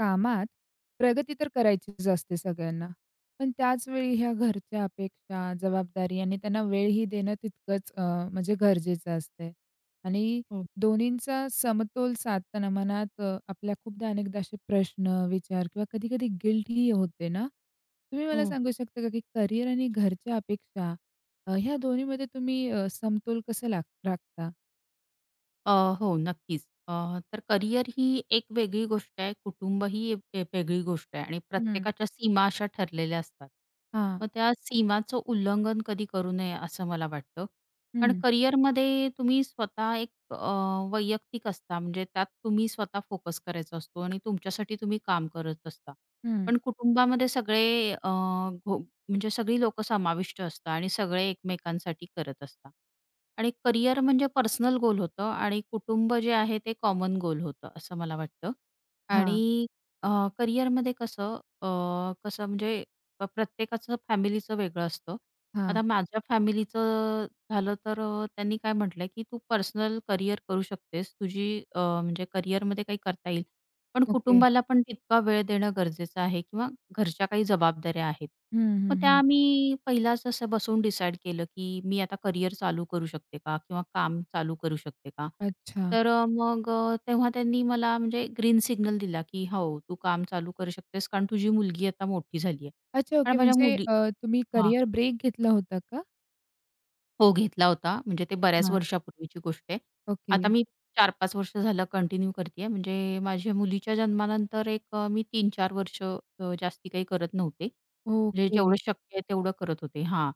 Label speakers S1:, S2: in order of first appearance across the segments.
S1: कामात प्रगती तर करायचीच असते सगळ्यांना. पण त्याचवेळी ह्या घरच्या अपेक्षा, जबाबदारी आणि त्यांना वेळही देणं तितकंच म्हणजे गरजेचं असतंय. आणि
S2: हो,
S1: दोन्हींचा समतोल साधताना मनात आपल्या खूपदा अनेकदा असे प्रश्न, विचार किंवा कधी-कधी गिल्टही होते ना. तुम्ही मला
S2: हो.
S1: सांगू शकता का, की करिअर आणि घरच्या अपेक्षा ह्या दोन्हीमध्ये तुम्ही समतोल कसं राखता?
S2: अ, हो, नक्कीच. तर करिअर ही एक वेगळी गोष्ट आहे, कुटुंब ही एक एक वेगळी गोष्ट आहे आणि
S1: हं.
S2: प्रत्येकाच्या सीमा अशा ठरलेल्या असतात.
S1: हां.
S2: मग त्या सीमाचं उल्लंघन कधी करू नये, असं मला वाटतं. पण
S1: हं,
S2: करिअरमध्ये तुम्ही स्वतः एक वैयक्तिक असता, म्हणजे त्यात तुम्ही स्वतः फोकस करायचा असतो आणि तुमच्यासाठी तुम्ही काम करत असता.
S1: हं.
S2: पण कुटुंबामध्ये सगळे अ, घो म्हणजे सगळी लोकं समाविष्ट असतात आणि सगळे एकमेकांसाठी करत असतात. आणि करियर म्हणजे पर्सनल गोल होतं आणि कुटुंब जे आहे ते कॉमन गोल होतं असं मला वाटतं.
S1: हां,
S2: आणि अ, करियरमध्ये कसं अ, कसं म्हणजे अ, प्रत्येकाचं फॅमिलीचं वेगळं असतं.
S1: हां.
S2: आता माझ्या फॅमिलीचं झालं तर त्यांनी काय म्हटलं, की "तू पर्सनल करियर करू शकतेस. तुझी म्हणजे करियरमध्ये काही करता येईल, पण
S1: ओके.
S2: कुटुंबाला पण तितका वेळ देणं गरजेचं आहे किंवा घरच्या काही जबाबदाऱ्या आहेत."
S1: हं,
S2: मग
S1: हं,
S2: त्या
S1: हं.
S2: आम्ही पहिलाच असं बसून डिसाईड केलं, की मी आता करियर चालू करू शकते का? किंवा काम चालू करू शकते का?
S1: अच्छा.
S2: तर तेव्हा त्यांनी मला म्हणजे ग्रीन सिग्नल दिला, की "हो, तू काम चालू करू शकतेस कारण तुझी मुलगी आता मोठी झाली आहे."
S1: अच्छा, ओके.
S2: कारण माझ्या
S1: म्हणजे
S2: मुली
S1: तुम्ही करियर ब्रेक घेतला होता का?
S2: हो, घेतला होता. म्हणजे ते बऱ्याच
S1: हां.
S2: वर्षापूर्वीची गोष्ट आहे. आता
S1: ओके.
S2: मी 4-5 वर्ष झालं कंटिन्यू करतीये. म्हणजे माझ्या मुलीच्या जन्मानंतर एक मी 3-4 वर्ष जास्ती काही करत नव्हते. म्हणजे
S1: ओके.
S2: जेवढं शक्य आहे तेवढं करत होते हां.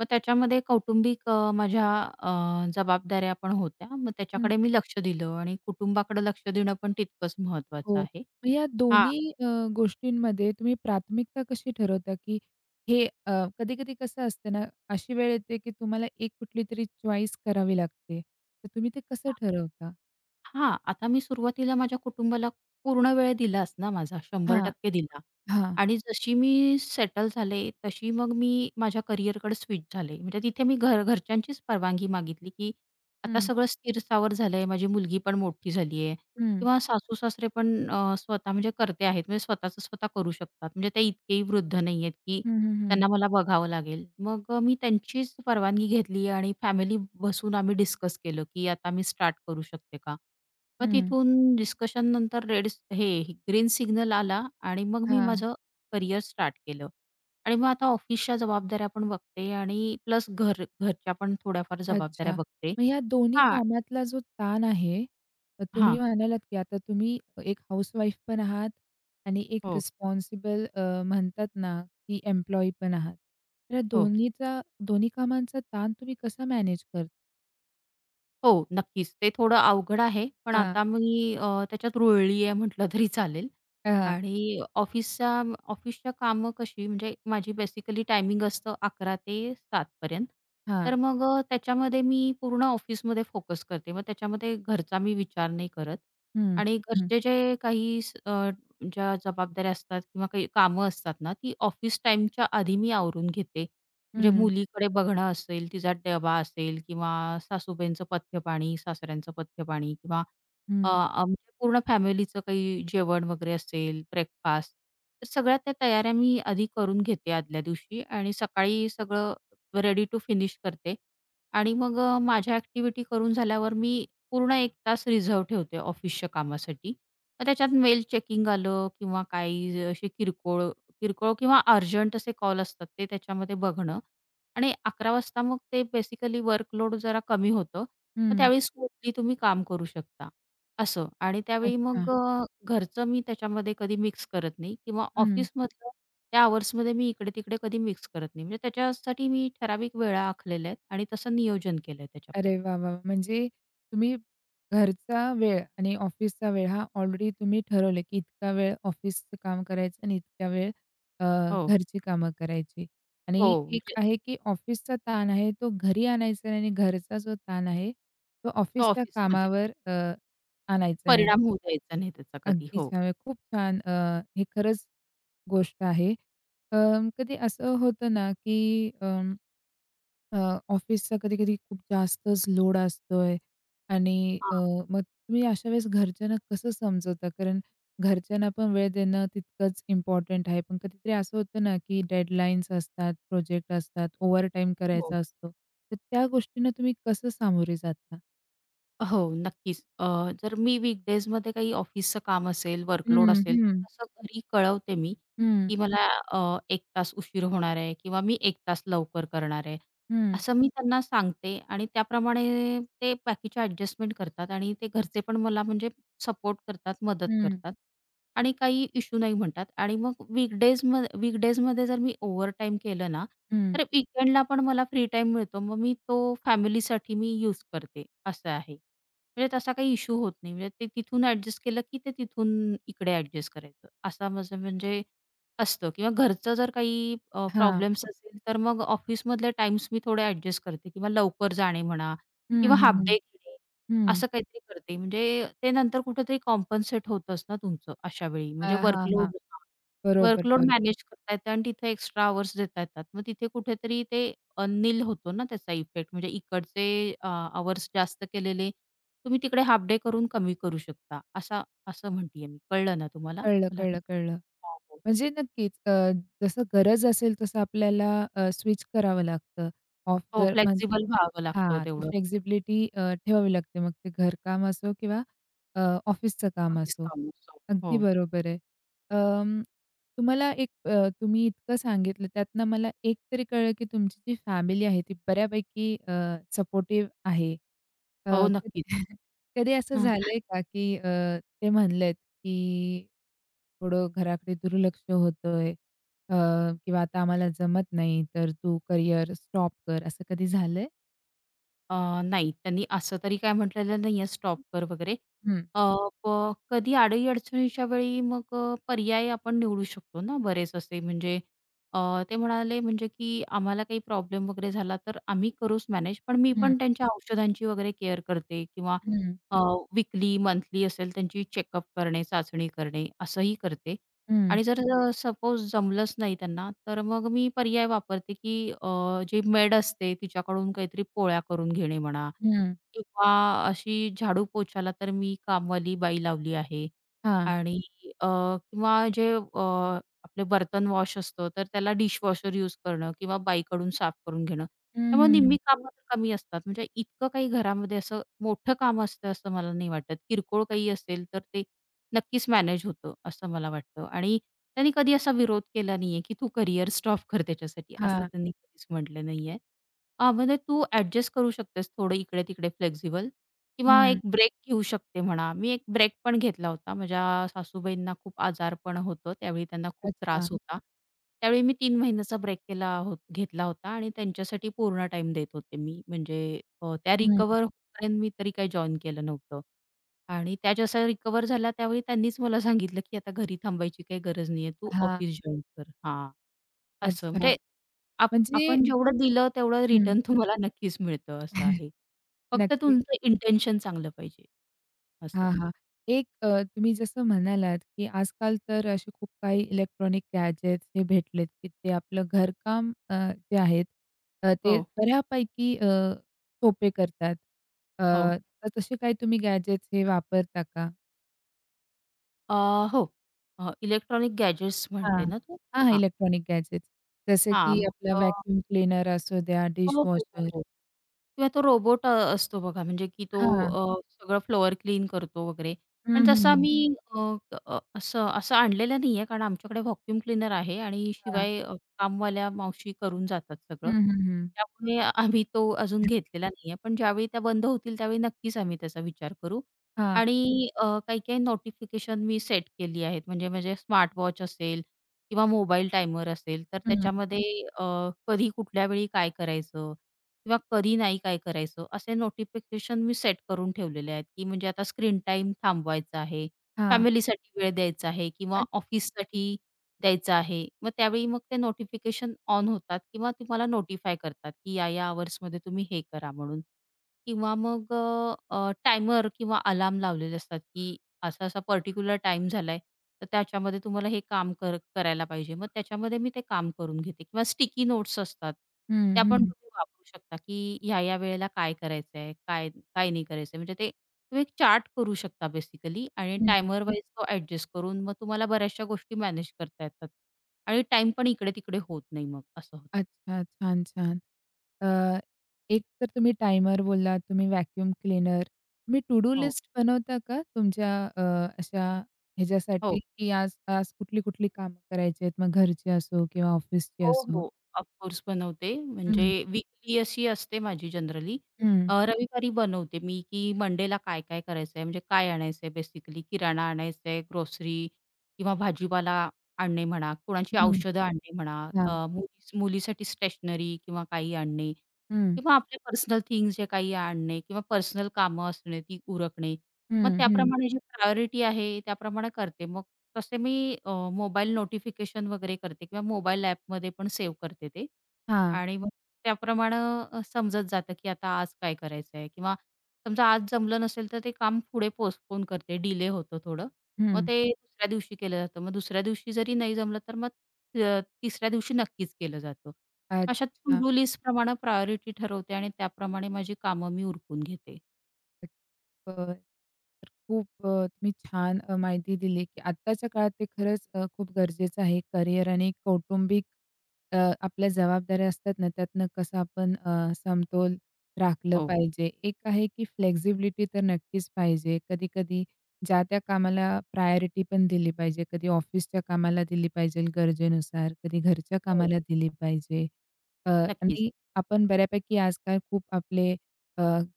S2: मग त्याच्यामध्ये कौटुंबिक माझ्या जबाबदाऱ्या पण होत्या. मग
S1: हं.
S2: त्याच्याकडे मी लक्ष दिलं आणि कुटुंबाकडे लक्ष देणं पण तितकंच महत्वाचं
S1: हो.
S2: आहे.
S1: मग या
S2: हां,
S1: दोन्ही गोष्टींमध्ये तुम्ही प्राथमिकता कशी ठरवता, की हे कधी-कधी कसं असतं ना, अशी वेळ येते, की तुम्हाला एक कुठलीतरी चॉईस करावी लागते. तर तुम्ही ते कसं
S2: हां,
S1: ठरवता?
S2: आता मी सुरुवातीला माझ्या कुटुंबाला पूर्ण वेळ दिलाच ना माझा
S1: हां,
S2: 100% दिला.
S1: हां.
S2: आणि जशी मी सेटल झाले, तशी मग मी माझ्या करिअरकडे स्विच झाले. म्हणजे तिथे मी घरच्यांचीच परवानगी मागितली, की आता
S1: हं,
S2: सगळं स्थिर-स्थावर झालंय, माझी मुलगी पण मोठी झाली आहे
S1: हं.
S2: किंवा सासू-सासरे पण स्वतः म्हणजे कर्ते आहेत. म्हणजे स्वतःचं स्वतः करू शकतात. म्हणजे ते इतकेही वृद्ध नाहीयेत, की
S1: हं, हं, हं.
S2: त्यांना मला बघावं लागेल. मग मी त्यांचीच परवानगी घेतली आणि फॅमिली बसून आम्ही डिस्कस केलं, की आता मी स्टार्ट करू शकते का? मग
S1: हं.
S2: तिथून डिस्कशननंतर रेड हे ग्रीन सिग्नल आला आणि मग मी
S1: हां.
S2: माझं करिअर स्टार्ट केलं. आणि मग आता ऑफिसच्या जबाबदाऱ्या पण बघते आणि प्लस घरच्या पण थोड्याफार जबाबदाऱ्या
S1: अच्छा.
S2: बघते.
S1: मग ह्या दोन्ही
S2: हां,
S1: कामातला जो ताण आहे, तर तुम्ही
S2: हां.
S1: म्हणालात की आता तुम्ही एक हाउसवाईफ पण आहात आणि एक
S2: हो,
S1: रिस्पॉन्सिबल म्हणतात ना, की एम्प्लॉयी पण आहात. तर या
S2: हो,
S1: दोन्हीचा कामांचा ताण तुम्ही कसा मॅनेज करता?
S2: हो. नक्कीच. ते थोडं अवघड आहे. पण
S1: हां,
S2: आता मी त्याच्यात रुळली आहे म्हटलं तरी चालेल.
S1: हां.
S2: आणि ऑफिसच्या ऑफिसच्या कामं कशी म्हणजे माझी बेसिकली टायमिंग असतं 11 ते 7 तर
S1: हां.
S2: मग त्याच्यामध्ये मी पूर्ण ऑफिसमध्ये फोकस करते. मग त्याच्यामध्ये घरचा मी विचार नाही करत
S1: हं,
S2: आणि
S1: हं,
S2: घरचे जे काही ज्या जबाबदाऱ्या असतात किंवा काही कामं असतात ना, ती ऑफिस टाईमच्या आधी मी आवरून घेते. म्हणजे
S1: हं,
S2: मुलीकडे बघणं असेल, तिचा डबा असेल किंवा सासूबाईंचं पथ्यपाणी, सासऱ्यांचं पथ्यपाणी किंवा
S1: हं,
S2: आमच्या पूर्ण फॅमिलीचं काही जेवण वगैरे असेल, ब्रेकफास्ट, तर सगळ्या त्या तयाऱ्या मी आधी करून घेते आदल्या दिवशी आणि सकाळी सगळं रेडी टू फिनिश करते आणि मग माझ्या ॲक्टिव्हिटी करून झाल्यावर मी पूर्ण 1 तास रिझर्व्ह ठेवते ऑफिसच्या कामासाठी. मग त्याच्यात मेल चेकिंग आलं किंवा काही असे किरकोळ किरकोळ किंवा अर्जंट असे कॉल असतात ते त्याच्यामध्ये बघणं आणि 11 वाजता मग ते बेसिकली वर्कलोड जरा कमी होतं. मग
S1: हं.
S2: त्यावेळी स्मूथली तुम्ही काम करू शकता. असं आणि त्यावेळी
S1: अच्छा.
S2: मग घरचं मी त्याच्यामध्ये कधी मिक्स करत नाही किंवा
S1: हं.
S2: ऑफिसमधलं त्या अवर्समध्ये मी इकडे-तिकडे कधी मिक्स करत नाही. म्हणजे त्याच्यासाठी मी ठराविक वेळा आखलेल्या आहेत आणि तसं नियोजन केलंय त्याच्याप्रमाणे.
S1: अरे वाह, वाह! म्हणजे तुम्ही घरचा वेळ आणि ऑफिसचा वेळ हा ऑलरेडी तुम्ही ठरवले, की इतका वेळ ऑफिसचं काम करायचं आणि इतका वेळ अ,
S2: हो.
S1: घरची कामं करायची. आणि
S2: हो,
S1: एक
S2: म्हणजे
S1: आहे, की ऑफिसचा ताण आहे तो घरी आणायचा नाही आणि घरचा जो ताण आहे तो
S2: तो
S1: ऑफिसच्या
S2: ऑफिसमध्ये
S1: कामावर आणायचा नाही.
S2: परिणाम होऊ द्यायचा नाही त्याचा कधी.
S1: अगदी
S2: हो.
S1: छान. खूप छान हे खरंच गोष्ट आहे. अ, कधी असं होतं ना, की अ अ, ऑफिसचा कधी-कधी खूप जास्तच लोड असतोय आणि
S2: हां.
S1: मग तुम्ही अशा वेळेस घरच्यांना कसं समजवता? कारण घरच्यांना पण वेळ देणं तितकंच इम्पॉर्टंट आहे. पण कधीतरी असं होतं ना, की डेडलाईन्स असतात, प्रोजेक्ट असतात, ओव्हरटाईम
S2: हो.
S1: करायचा असतो. तर त्या गोष्टींना तुम्ही कसं सामोरे जाता?
S2: हो, नक्कीच. जर मी वीकडीजमध्ये काही ऑफिसचं काम असेल, वर्कलोड
S1: हं,
S2: असेल, तर
S1: हं,
S2: तसं घरी कळवते मी,
S1: हं,
S2: की मला अ, 1 तास उशीर होणार आहे किंवा मी 1 तास लवकर करणार आहे.
S1: हं,
S2: असं मी त्यांना सांगते आणि त्याप्रमाणे ते बाकीचे ॲडजस्टमेंट करतात आणि ते घरचे पण मला म्हणजे सपोर्ट करतात, मदत
S1: हं,
S2: करतात आणि काही इश्यू नाही म्हणतात आणि मग वीकडीजमध्ये वीकडीजमध्ये जर मी ओव्हरटाईम केलं ना,
S1: हं.
S2: तर वीकेंडला पण मला फ्री टाईम मिळतो. मग मी तो फॅमिलीसाठी मी यूज करते, असं आहे. म्हणजे तसा काही इश्यू होत नाही. म्हणजे ते तिथून ॲडजस्ट केलं, की ते तिथून इकडे ॲडजस्ट करायचं. असा माझं म्हणजे असतं किंवा घरचं जर काही
S1: हां.
S2: प्रॉब्लेम्स असेल, तर मग ऑफिसमधले टाईम्स मी थोडे ॲडजस्ट करते किंवा लवकर जाणे म्हणा
S1: हं,
S2: किंवा
S1: हं,
S2: हाल्फ
S1: हं,
S2: डे घेणे,
S1: हं.
S2: असं काहीतरी करते. म्हणजे ते नंतर कुठेतरी कॉम्पन्सेट होतंच ना तुमचं अशा वेळी म्हणजे
S1: हां, हां, हां.
S2: वर्कलोड
S1: बरोबर,
S2: वर्कलोड
S1: बरोबर.
S2: मॅनेज करता येतं आणि तिथे एक्स्ट्रा आवर्स देता येतात. मग तिथे कुठेतरी ते अनिल होतो ना त्याचा इफेक्ट. म्हणजे इकडचे आवर्स जास्त केलेले तुम्ही तिकडे हाल्फ डे करून कमी करू शकता. असं म्हणतीये मी. कळलं ना तुम्हाला?
S1: कळलं,
S2: मला
S1: कळलं,
S2: काही
S1: कळलं.
S2: हो, हो.
S1: म्हणजे नक्कीच जसं गरज असेल तसं आपल्याला स्विच करावं लागतं. ऑफ
S2: हो,
S1: जर म्हण
S2: व्हावं लागतं
S1: हां, ती
S2: तेवढं.
S1: फ्लेक्सिबिलिटी ठेवावी लागते. मग ते घरकाम असो किंवा अ, ऑफिसचं काम
S2: नोटीस
S1: असो.
S2: हो,
S1: अगदी बरोबर आहे. अं, तुम्हाला एक तुम्ही इतकं सांगितलं त्यातनं मला एक तरी कळलं, की तुमची जी फॅमिली आहे ती बऱ्यापैकी सपोर्टिव्ह आहे. अ,
S2: हो, नक्कीच.
S1: कधी असं झालंय का, की ते म्हणलेत, की थोडं घराकडे दुर्लक्ष होतंय अ, किंवा आता आम्हाला जमत नाही, तर तू करियर स्टॉप कर, असं कधी झालंय?
S2: अ, नाही, त्यांनी असं तरी काय म्हटलेलं नाहीये स्टॉप कर वगैरे.
S1: हं,
S2: अ, प कधी अडी-अडचणीच्या वेळी मग पर्याय आपण निवडू शकतो ना बरेच असे म्हणजे ते म्हणाले म्हणजे की आम्हाला काही प्रॉब्लेम वगैरे झाला तर आम्ही करूच मॅनेज. पण मी
S1: हं,
S2: पण त्यांच्या औषधांची वगैरे केअर करते किंवा
S1: हं,
S2: अ, मंथली असेल त्यांची चेकअप करणे, चाचणी करणे असंही करते.
S1: हं,
S2: आणि जर सपोज जमलंच नाही त्यांना, तर मग मी पर्याय वापरते, की जी मेड असते तिच्याकडून काहीतरी पोळ्या करून घेणे म्हणा
S1: हं.
S2: किंवा अशी झाडू पोछाला तर मी कामवाली बाई लावली आहे
S1: हां.
S2: आणि किंवा जे आपले बर्तन वॉश असतं, तर त्याला डिशवॉशर यूज करणं किंवा बाईकडून साफ करून घेणं.
S1: हं,
S2: त्यामुळे
S1: हं, हं.
S2: निम्मी कामं तर कमी असतात. म्हणजे इतकं काही घरामध्ये असं मोठं काम असतं असं मला नाही वाटत. किरकोळ काही असेल तर ते नक्कीच मॅनेज होतं, असं मला वाटतं आणि त्यांनी कधी असा विरोध केला नाहीये, की "तू करियर स्टॉप कर त्याच्यासाठी." असं
S1: हां.
S2: त्यांनी कधीच म्हटलं नाहीये. हां, म्हणजे तू ॲडजस्ट करू शकतेस थोडं इकडे-तिकडे फ्लेक्सिबल किंवा
S1: हं.
S2: एक ब्रेक घेऊ शकते म्हणा. मी एक ब्रेक पण घेतला होता. माझ्या सासूबाईंना खूप आजारपण होतं. त्यावेळी त्यांना खूप
S1: अच्छा.
S2: त्रास होता. त्यावेळी मी 3 महिन्याचा ब्रेक केला हो घेतला होता आणि त्यांच्यासाठी पूर्ण टाईम देत होते मी. म्हणजे त्या
S1: हं.
S2: रिकव्हर पर्यंत मी तरी काही जॉइन केलं नव्हतं. आणि त्या जसा रिकव्हर झाला त्यावेळी त्यांनीच मला सांगितलं, की "आता घरी थांबायची काही गरज नाहीये. तू
S1: हां.
S2: ऑफिस जॉइन कर." हां, असं
S1: अच्छा.
S2: म्हणजे आप
S1: म्हणजे
S2: आपण जेवढं दिलं तेवढं
S1: हं.
S2: रिटर्न तुम्हाला नक्कीच मिळतं असं आहे. फक्त
S1: नक्की.
S2: तुमचं इंटेन्शन चांगलं पाहिजे. असं.
S1: हां, हां. एक तुम्ही जसं म्हणालात, की आजकाल तर असे खूप काही इलेक्ट्रॉनिक गॅजेट्स हे भेटलेत, की ते आपलं घरकाम जे आहेत ते
S2: हो,
S1: बऱ्यापैकी सोपे करतात. अ,
S2: हो.
S1: तर तसे काही तुम्ही गॅजेट्स हे वापरता का?
S2: अ, हो. इलेक्ट्रॉनिक गॅजेट्स
S1: हां.
S2: म्हणते ना तू?
S1: हां, हां.
S2: हां,
S1: इलेक्ट्रॉनिक गॅजेट्स. जसे
S2: हां.
S1: की
S2: मग
S1: आपला
S2: अ,
S1: व्हॅक्यूम क्लीनर असू द्या,
S2: हो, हो, हो,
S1: डिशवॉशर.
S2: हो. किंवा तो रोबोट असतो बघा, म्हणजे की तो
S1: हां.
S2: सगळं फ्लोअर क्लीन करतो वगैरे.
S1: हं,
S2: पण
S1: हं,
S2: तसं
S1: हं.
S2: आम्ही अ, असं असं आणलेलं नाहीये, कारण आमच्याकडे व्हॅक्यूम क्लीनर आहे आणि
S1: हां.
S2: शिवाय कामवाल्या मावशी करून जातात
S1: हं,
S2: सगळं.
S1: हं, हं.
S2: त्यामुळे आम्ही तो अजून घेतलेला नाहीये. पण ज्यावेळी त्या बंद होतील, त्यावेळी नक्कीच आम्ही त्याचा विचार करू.
S1: हां.
S2: आणि काही-काही नोटिफिकेशन मी सेट केली आहेत. म्हणजे म्हणजे स्मार्ट वॉच असेल किंवा मोबाईल टायमर असेल, तर
S1: हं.
S2: त्याच्यामध्ये अ, कधी कुठल्या वेळी काय करायचं किंवा कधी नाही काय करायचं असे नोटिफिकेशन मी सेट करून ठेवलेले आहेत, की म्हणजे आता स्क्रीन टाईम थांबवायचा आहे,
S1: हां.
S2: फॅमिलीसाठी वेळ द्यायचा आहे
S1: अ
S2: किंवा ऑफिससाठी द्यायचा आहे. मग त्यावेळी मग ते नोटिफिकेशन ऑन होतात किंवा तुम्हाला नोटिफाय करतात, की या-या अवर्समध्ये तुम्ही हे करा म्हणून. किंवा मग टायमर किंवा अलार्म लावलेले असतात, की असा-असा पर्टिक्युलर टाईम झालाय, तर त्याच्यामध्ये तुम्हाला हे काम करायला पाहिजे. मग त्याच्यामध्ये मी ते काम करून घेते किंवा स्टिकी नोट्स असतात,
S1: हं,
S2: त्या पण
S1: हं.
S2: तुम्ही वापरू शकता, की ह्या-ह्या वेळेला काय करायचंय, काय काय नाही करायचंय. म्हणजे ते तुम्ही एक चार्ट करू शकता बेसिकली आणि
S1: हं.
S2: टायमर वाईज तो ॲडजस्ट करून मग तुम्हाला बऱ्याचशा गोष्टी मॅनेज करता येतात आणि टाईम पण इकडे-तिकडे होत नाही मग असं होतं.
S1: अच्छा. छान, छान. अ, एक तर तुम्ही टायमर बोललात, तुम्ही व्हॅक्यूम क्लीनर. तुम्ही टू डू
S2: हो.
S1: लिस्ट बनवता का तुमच्या अ, अशा
S2: हो.
S1: ह्याच्यासाठी, की आज आज कुठली-कुठली कामं करायची आहेत? मग घरची असो किंवा ऑफिसची
S2: हो,
S1: असो?
S2: हो. ऑफ कोर्स बनवते. म्हणजे
S1: हं,
S2: वीकली अशी असते माझी जनरली.
S1: हं,
S2: रविवारी बनवते मी, की मंडेला काय-काय करायचंय, म्हणजे काय आणायचंय बेसिकली. किराणा आणायचंय, ग्रोसरी किंवा भाजीपाला आणणे म्हणा, कोणाची
S1: हं.
S2: औषधं आणणे म्हणा,
S1: हां.
S2: अ, मुली मुलीसाठी स्टेशनरी किंवा काही आणणे
S1: हं,
S2: किंवा आपले पर्सनल थिंग्स जे काही आणणे किंवा पर्सनल कामं असणे, ती उरकणे. मग
S1: हं, हं.
S2: त्याप्रमाणे जी प्रायोरिटी आहे त्याप्रमाणे करते. मग तसे मी अ, मोबाईल नोटिफिकेशन वगैरे करते किंवा मोबाईल ॲपमध्ये पण सेव्ह करते ते
S1: हां.
S2: आणि मग त्याप्रमाणे समजत जातं, की आता आज काय करायचं आहे किंवा समजा आज जमलं नसेल, तर ते काम पुढे पोस्टपोन करते, डिले होतं थोडं. मग
S1: हं.
S2: ते दुसऱ्या दिवशी केलं जातं. मग दुसऱ्या दिवशी जरी नाही जमलं, तर मग तिसऱ्या दिवशी नक्कीच केलं जातं. अशा टू
S1: अच्छा.
S2: डू लिस्टप्रमाणे प्रायोरिटी ठरवते आणि त्याप्रमाणे माझी कामं मी उरकून घेते.
S1: बरं. खूप तुम्ही छान माहिती दिली, की आत्ताच्या काळात ते खरंच खूप गरजेचं आहे. करिअर आणि कौटुंबिक आपल्या जबाबदाऱ्या असतात ना, त्यातनं कसं आपण समतोल राखलं हो.
S2: हो,
S1: पाहिजे. एक आहे, की फ्लेक्सिबिलिटी तर नक्कीच पाहिजे. कधी-कधी ज्या त्या कामाला प्रायोरिटी पण दिली पाहिजे. कधी ऑफिसच्या कामाला दिली पाहिजे गरजेनुसार, कधी घरच्या
S2: हो.
S1: कामाला दिली पाहिजे.
S2: नक्कीच.
S1: आणि आपण बऱ्यापैकी आजकाल खूप आपले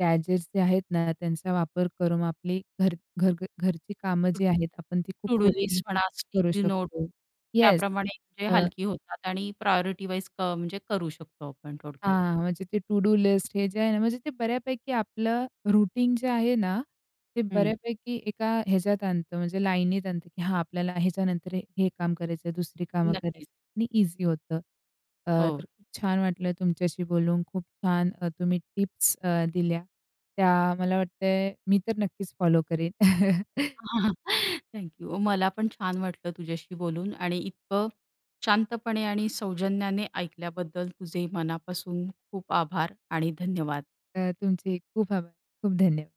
S1: गॅजेट्स जे आहेत ना, त्यांचा वापर करून आपली घर घर घरची कामं जी
S2: सुट्टी
S1: आहेत आपण ती खूप
S2: टू डू
S1: सोपी
S2: लिस्ट म्हणा,
S1: करू
S2: स्टिकी नोट
S1: शकतो. येस.
S2: त्याप्रमाणे म्हणजे
S1: अ,
S2: हलकी होतात आणि प्रायोरिटी वाईज म्हणजे करू शकतो आपण थोडक्यात.
S1: हां, म्हणजे ते टू डू लिस्ट हे जे आहे ना, म्हणजे ते बऱ्यापैकी आपलं रूटीन जे आहे ना, ते
S2: हं.
S1: बऱ्यापैकी एका ह्याच्यात आणतं म्हणजे लाईनीत आणतं, की हां, आपल्याला ह्याच्यानंतर हे काम करायचं दुसरी कामं करायची
S2: नक्कीच.
S1: आणि ईझी होतं. अ, तर
S2: हो.
S1: खूप छान वाटलं तुमच्याशी बोलून. खूप छान तुम्ही टिप्स दिल्या. त्या मला वाटतंय मी तर नक्कीच फॉलो करेन.
S2: Thank you. मला पण छान वाटलं तुझ्याशी बोलून आणि इतकं शांतपणे आणि सौजन्याने ऐकल्याबद्दल तुझे मनापासून खूप आभार आणि धन्यवाद.
S1: तुमचे खूप आभार. खूप धन्यवाद.